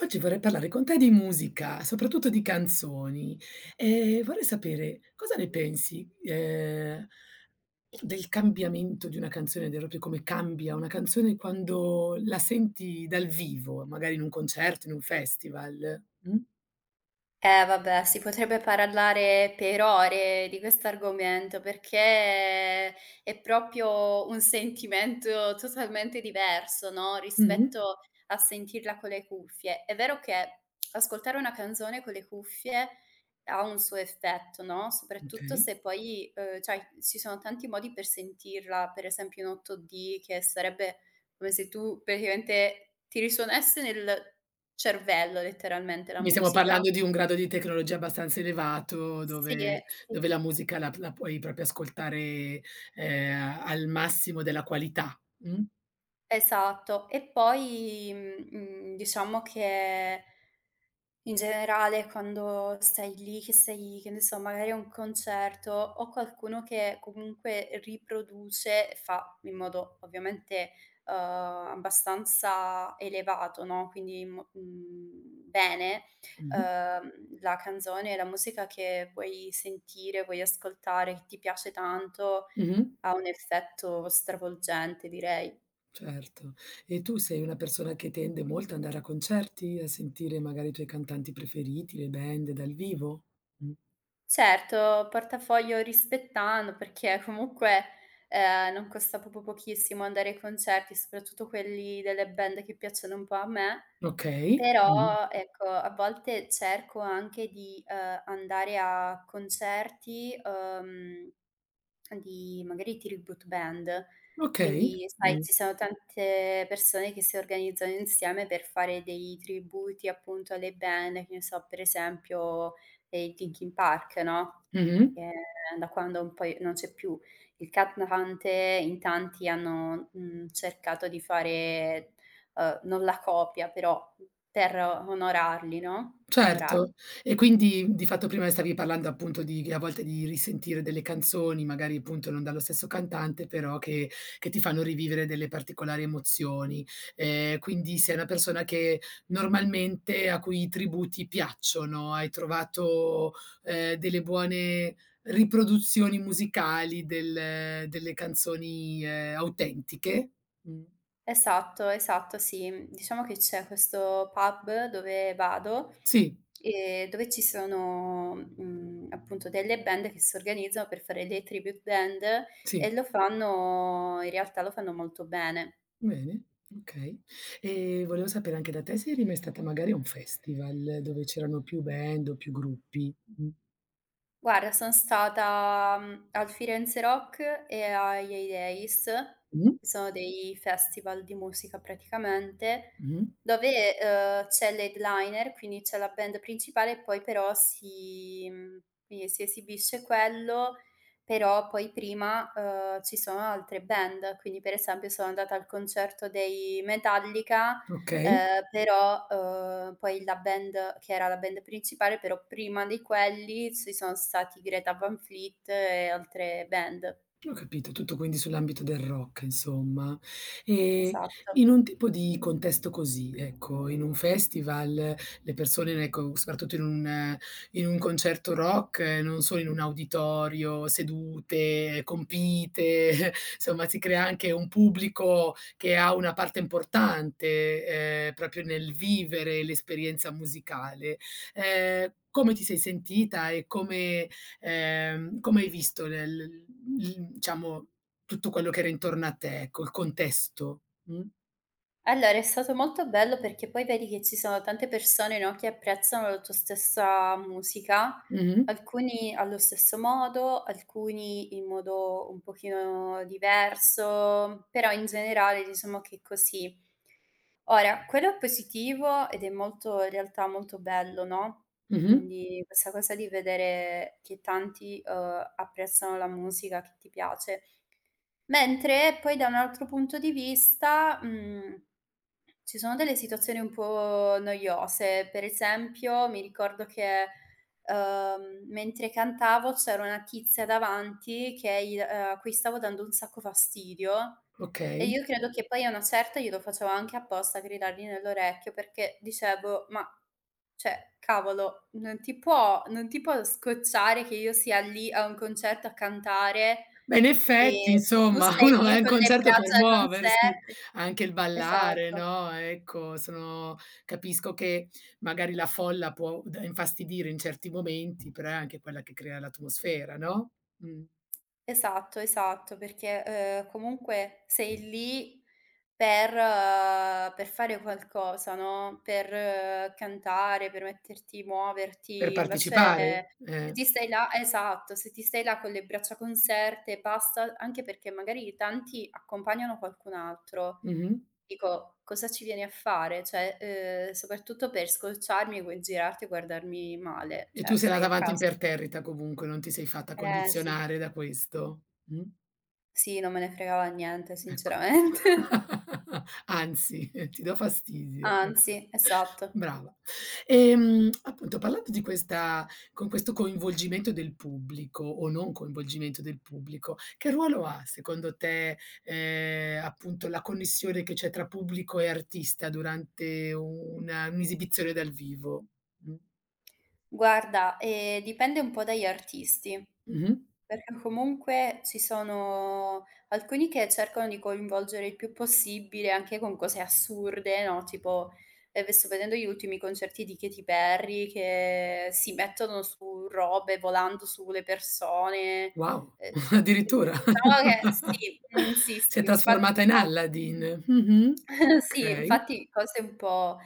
Oggi vorrei parlare con te di musica, soprattutto di canzoni, e vorrei sapere cosa ne pensi, del cambiamento di una canzone, del proprio come cambia una canzone quando la senti dal vivo, magari in un concerto, in un festival. Mh? Eh vabbè, si potrebbe parlare per ore di questo argomento perché è proprio un sentimento totalmente diverso, no, Mh-mh. rispetto a sentirla con le cuffie. È vero che ascoltare una canzone con le cuffie ha un suo effetto, no, soprattutto Okay. se poi, cioè ci sono tanti modi per sentirla, per esempio in 8D che sarebbe come se tu praticamente ti risuonasse nel cervello letteralmente la Quindi stiamo musica. parlando di un grado di tecnologia abbastanza elevato Sì, dove e sì, dove la musica la puoi proprio ascoltare, al massimo della qualità. Mh? esatto. E poi, diciamo che in generale quando stai lì, che sei che ne so, magari a un concerto o qualcuno che comunque riproduce, fa in modo ovviamente, abbastanza elevato, no, quindi bene, Mh-mh. La canzone, la musica che vuoi sentire, vuoi ascoltare, che ti piace tanto, Mh-mh. ha un effetto stravolgente direi. Certo. E tu sei una persona che tende molto ad andare a concerti, a sentire magari i tuoi cantanti preferiti, le band dal vivo? Mh. Certo, portafoglio rispettando, perché comunque, non costa proprio pochissimo andare ai concerti, soprattutto quelli delle band che piacciono un po' a me. Okay. Mh. Però, ecco, a volte cerco anche di, andare a concerti, di magari tribute band. Okay. Quindi, sai, Mh. ci sono tante persone che si organizzano insieme per fare dei tributi appunto alle band, che ne so, per esempio, i Linkin Park, no, Mh-mh. che da quando un po' i non c'è più il cantante in tanti hanno, cercato di fare non la copia però per onorarli, no, onorar Certo. E quindi, di fatto, prima stavi parlando, appunto, di che a volte di risentire delle canzoni, magari, appunto, non dallo stesso cantante, però che ti fanno rivivere delle particolari emozioni. Quindi sei una persona che normalmente a cui i tributi piacciono, hai trovato, delle buone riproduzioni musicali delle canzoni, autentiche? Mh. esatto, esatto, sì. Diciamo che c'è questo pub dove vado, Sì, dove ci sono, appunto delle band che si organizzano per fare dei tribute band sì. e lo fanno in realtà lo fanno molto bene. Bene, okay. E volevo sapere anche da te se eri mai stata magari a un festival dove c'erano più band o più gruppi. Mh. Guarda, son stata, al Firenze Rock e ai Hay Days, Mh. che sono dei festival di musica praticamente, Mh. dove, c'è l'headliner, quindi c'è la band principale e poi però quindi si esibisce quello, però poi prima, ci sono altre band. Quindi per esempio sono andata al concerto dei Metallica. Okay. Però, poi la band che era la band principale, però prima di quelli ci sono stati Greta Van Fleet e altre band. Ho capito, tutto quindi sull'ambito del rock insomma. E Esatto. in un tipo di contesto così, ecco, in un festival, le persone ecco, soprattutto in un concerto rock, non sono in un auditorio, sedute, compite, insomma si crea anche un pubblico che ha una parte importante, proprio nel vivere l'esperienza musicale. Come ti sei sentita e come hai visto le l diciamo tutto quello che era intorno a te, ecco, il contesto. Mh. Allora, è stato molto bello perché poi vedi che ci sono tante persone, no, che apprezzano la tua stessa musica, Mh-mh. alcuni allo stesso modo, alcuni in modo un pochino diverso, però in generale diciamo che è così. Ora, quello è positivo ed è molto, in realtà molto bello, no? Mh-mh. Quindi questa cosa di vedere che tanti, apprezzano la musica che ti piace. Mentre poi da un altro punto di vista, ci sono delle situazioni un po' noiose. Per esempio, mi ricordo che, mentre cantavo c'era una tizia davanti che i a cui stavo dando un sacco fastidio e Okay. io credo che poi a una certa glielo facevo anche apposta, gridargli nell'orecchio, perché dicevo: "Ma cioè, cavolo, non ti può scocciare che io sia lì a un concerto a cantare Beh, in e effetti tu insomma stai uno va a lì un con le concerto per braccia muoversi, conserte. anche il ballare, Esatto, no, ecco, sono capisco che magari la folla può d infastidire in certi momenti, però è anche quella che crea l'atmosfera, no, mh, esatto, esatto, perché, comunque sei lì per fare qualcosa, no, per cantare, per metterti per muoverti. partecipare. Invece se ti stai là esatto, se ti stai là con le braccia conserte basta anche perché magari tanti accompagnano qualcun altro. Mh-mh. Dico: "Cosa ci vieni a fare?" Cioè, soprattutto per scocciarmi, poi girarti e guardarmi male, E tu cioè sei stai andata a avanti casa. imperterrita comunque, non ti sei fatta Eh sì. condizionare da questo. Mh. Sì, non me ne fregava niente Ecco. sinceramente. Anzi, ti do fastidio. Mh. Anzi, esatto. Brava. Appunto parlando di questa con questo coinvolgimento del pubblico o non coinvolgimento del pubblico, che ruolo ha secondo te, appunto la connessione che c'è tra pubblico e artista durante una un'esibizione dal vivo? Mh. Guarda, dipende un po' dagli artisti, Mh-mh. perché comunque ci sono alcuni che cercano di coinvolgere il più possibile anche con cose assurde, no, tipo, sto vedendo gli ultimi concerti di Katy Perry che si mettono su robe volando sulle persone, Wow, ehm, addirittura. diciamo che sì, sì, Si è sì, infatti trasformata un in po' Aladdin. Mh-mh. sì, Okay, infatti cose un po'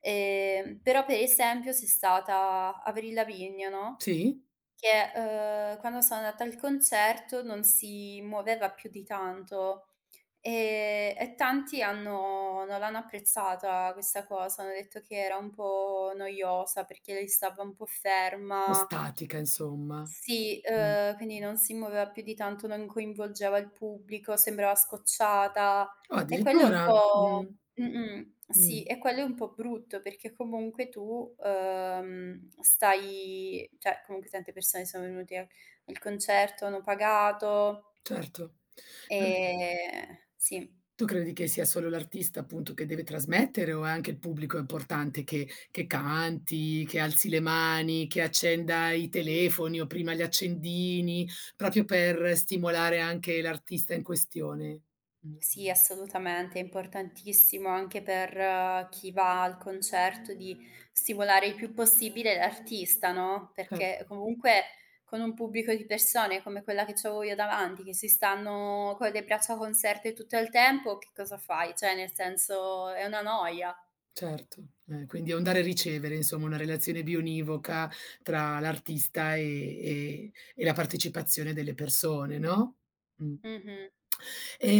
però per esempio c'è stata Avril Lavigne, no, sì. che, quando sono andata al concerto non si muoveva più di tanto, e tanti hanno non l'hanno apprezzata questa cosa, hanno detto che era un po' noiosa perché lei stava un po' ferma Statica insomma. sì, Mh. Quindi non si muoveva più di tanto, non coinvolgeva il pubblico, sembrava scocciata Oh, e quello è un addirittura? po' mh-mh, mh, sì, e quello è un po' brutto perché comunque tu, stai cioè comunque tante persone sono venute al concerto, hanno pagato, certo. Uhm, sì. tu credi che sia solo l'artista appunto che deve trasmettere o è anche il pubblico importante che canti, che alzi le mani, che accenda i telefoni o prima gli accendini, proprio per stimolare anche l'artista in questione? Mh, Sì, assolutamente, è importantissimo anche per chi va al concerto di stimolare il più possibile l'artista, no, certo. perché comunque con un pubblico di persone come quella che c'avevo io davanti, che si stanno con le braccia conserte tutto il tempo, che cosa fai? Cioè, nel senso è una noia. Certo, quindi è un dare e ricevere, insomma, una relazione bionivoca tra l'artista e la partecipazione delle persone, no? Mh. Mh-mh,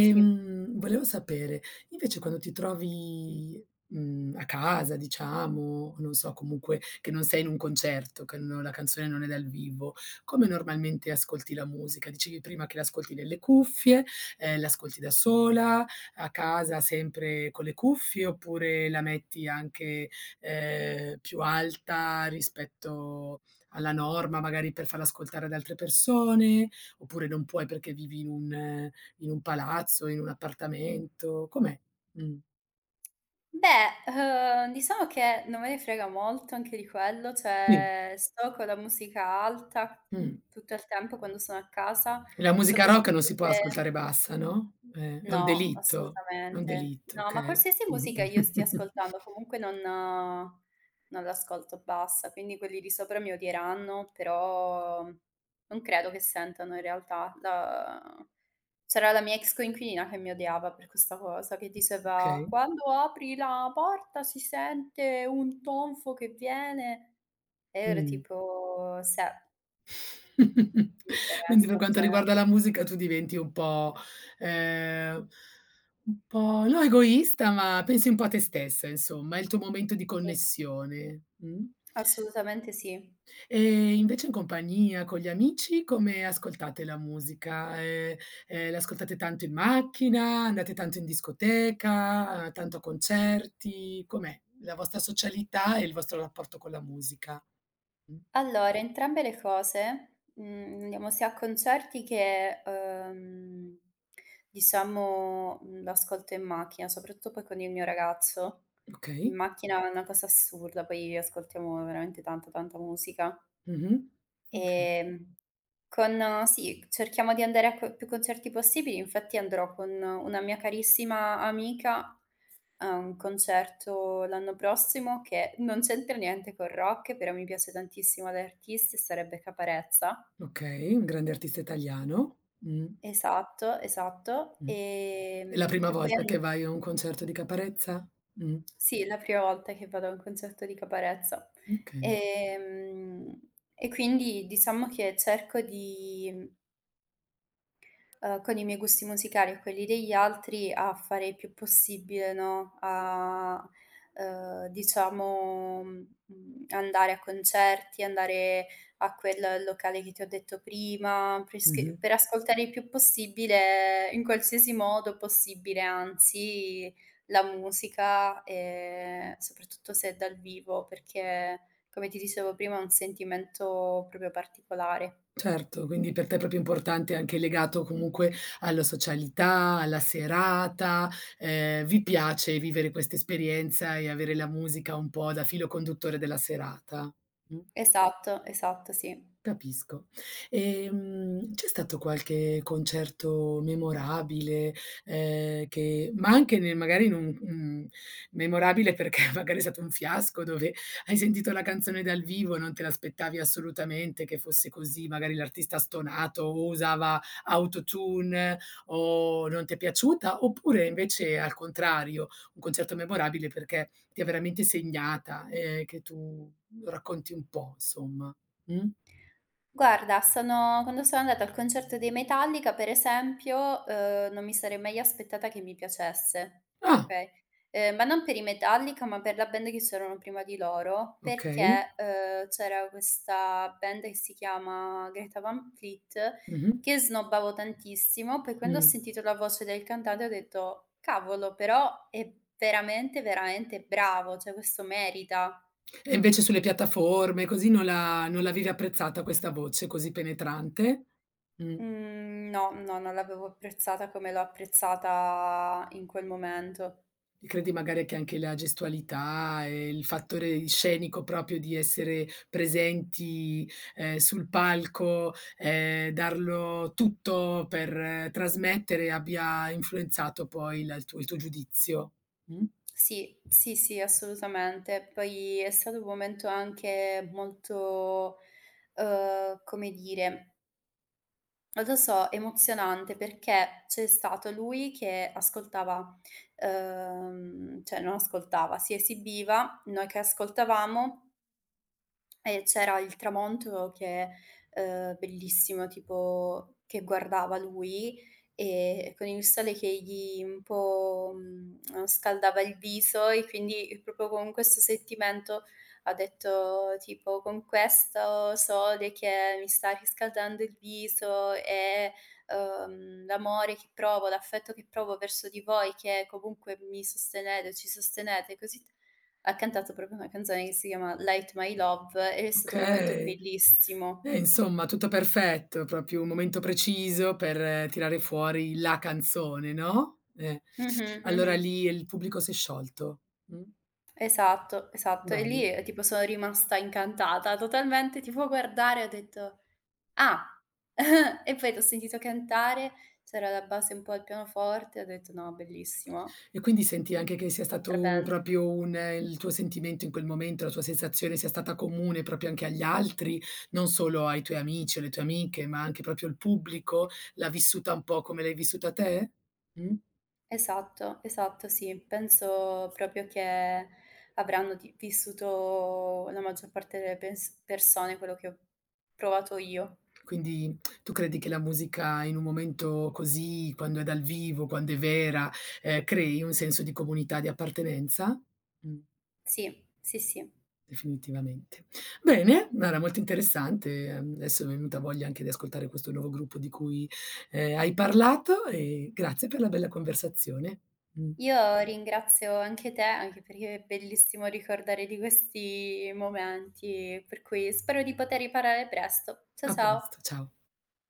sì. volevo sapere, invece quando ti trovi, a casa diciamo, non so comunque che non sei in un concerto, che no la canzone non è dal vivo, come normalmente ascolti la musica? Dicevi prima che l'ascolti nelle cuffie, l'ascolti da sola, a casa sempre con le cuffie, oppure la metti anche, più alta rispetto alla norma, magari per farla ascoltare ad altre persone, oppure non puoi perché vivi in un palazzo, in un appartamento, com'è? Mh. Beh, diciamo che non me ne frega molto anche di quello, Sì, cioè sto con la musica alta mh. tutto il tempo quando sono a casa, La musica rock non soprattutto si può se ascoltare bassa, no? No, È un assolutamente. delitto, No, ma okay. qualsiasi musica Mh-mh. io stia ascoltando, comunque non l'ascolto bassa, quindi quelli di sopra mi odieranno, però non credo che sentano in realtà. La c'era la mia ex coinquilina che mi odiava per questa cosa, che diceva: Okay. "Quando apri la porta si sente un tonfo che viene" e io ero Mh. tipo: "Se, mi Quindi per interessa, quanto cioè" riguarda la musica tu diventi ehm, un po' no egoista, ma pensi un po' a te stessa insomma, è il tuo momento di sì, connessione. Mh? assolutamente sì. E invece in compagnia, con gli amici, come ascoltate la musica? L'ascoltate tanto in macchina, andate tanto in discoteca, tanto a concerti? Com'è la vostra socialità e il vostro rapporto con la musica? Mh, Allora, entrambe le cose, andiamo sia a concerti che, diciamo, l'ascolto in macchina, soprattutto poi con il mio ragazzo. In okay. macchina è una cosa assurda, poi ascoltiamo veramente tanta, tanta musica. Mh-mh. Okay, Ehm, con sì, cerchiamo di andare a co più concerti possibili, infatti andrò con una mia carissima amica a un concerto l'anno prossimo che non c'entra niente col rock, però mi piace tantissimo l'artista e sarebbe Caparezza. okay, un grande artista italiano. Esatto, esatto. mh. È la prima E poi volta che an vai a un concerto di Caparezza? Mh, sì, è la prima volta che vado a un concerto di Caparezza. okay. E quindi diciamo che cerco di con i miei gusti musicali e quelli degli altri a fare il più possibile, no, a, diciamo, andare a concerti, andare a quel locale che ti ho detto prima, Mh-mh. presche per ascoltare il più possibile, in qualsiasi modo possibile, anzi, la musica, soprattutto se è dal vivo, perché come ti dicevo prima, è un sentimento proprio particolare. Certo, quindi per te è proprio importante anche legato comunque alla socialità, alla serata, vi piace vivere questa esperienza e avere la musica un po' da filo conduttore della serata? Mh. Esatto, esatto, sì. Capisco. C'è stato qualche concerto memorabile, che ma anche ne magari in un mhmm, memorabile perché magari è stato un fiasco dove hai sentito la canzone dal vivo, non te l'aspettavi assolutamente che fosse così, magari l'artista ha stonato o usava autotune o non ti è piaciuta, oppure invece al contrario, un concerto memorabile perché ti ha veramente segnata, che tu racconti un po' insomma, mh? Guarda, sono quando sono andata al concerto dei Metallica, per esempio, non mi sarei mai aspettata che mi piacesse, Ah, okay, ma non per i Metallica, ma per la band che c'erano prima di loro, okay. perché, c'era questa band che si chiama Greta Van Fleet, Mh-mh. che snobbavo tantissimo, poi quando ho Mh. sentito la voce del cantante ho detto: "Cavolo, però è veramente, veramente bravo, cioè questo merita". E invece sulle piattaforme così non l'avevi apprezzata questa voce così penetrante? Mh. Mhmm, no, no, non l'avevo apprezzata come l'ho apprezzata in quel momento. Credi magari che anche la gestualità e il fattore scenico proprio di essere presenti, sul palco, darlo tutto per trasmettere abbia influenzato poi la il tuo giudizio? Mh? Sì, sì, sì, assolutamente. Poi è stato un momento anche molto, come dire, non lo so, emozionante perché c'è stato lui che ascoltava, cioè non ascoltava, si esibiva, noi che ascoltavamo. E c'era il tramonto che bellissimo, tipo che guardava lui, con il sole che gli un po', scaldava il viso e quindi proprio con questo sentimento ha detto tipo: "Con questo sole che mi sta riscaldando il viso e, l'amore che provo, l'affetto che provo verso di voi che comunque mi sostenete, ci sostenete così t" ha cantato proprio una canzone che si chiama "Light My Love" ed è stato un momento Okay. bellissimo. Insomma tutto perfetto, proprio un momento preciso per tirare fuori la canzone, no, Mh-mh, allora mh-mh. lì il pubblico s'è sciolto. Esatto, esatto. E Bello. lì, tipo sono rimasta incantata totalmente, tipo guardare ho detto: "Ah!" E poi l'ho sentito cantare, c'era la base un po' al pianoforte, ho detto: "No, bellissimo." E quindi senti anche che sia Altra stato band. proprio un il tuo sentimento in quel momento, la tua sensazione sia stata comune proprio anche agli altri, non solo ai tuoi amici o alle tue amiche, ma anche proprio il pubblico l'ha vissuta un po' come l'hai vissuta te? Mh? Esatto, esatto, sì. Penso proprio che avranno di vissuto la maggior parte delle pens persone quello che ho provato io. Quindi tu credi che la musica in un momento così, quando è dal vivo, quando è vera, crei un senso di comunità, di appartenenza? Mh, Sì, sì, sì. definitivamente. Bene, guarda molto interessante, adesso mi è venuta voglia anche di ascoltare questo nuovo gruppo di cui, hai parlato e grazie per la bella conversazione. Mh, Io ringrazio anche te, anche perché è bellissimo ricordare di questi momenti, per cui spero di poter riparare presto. Cia a ciao. presto, ciao.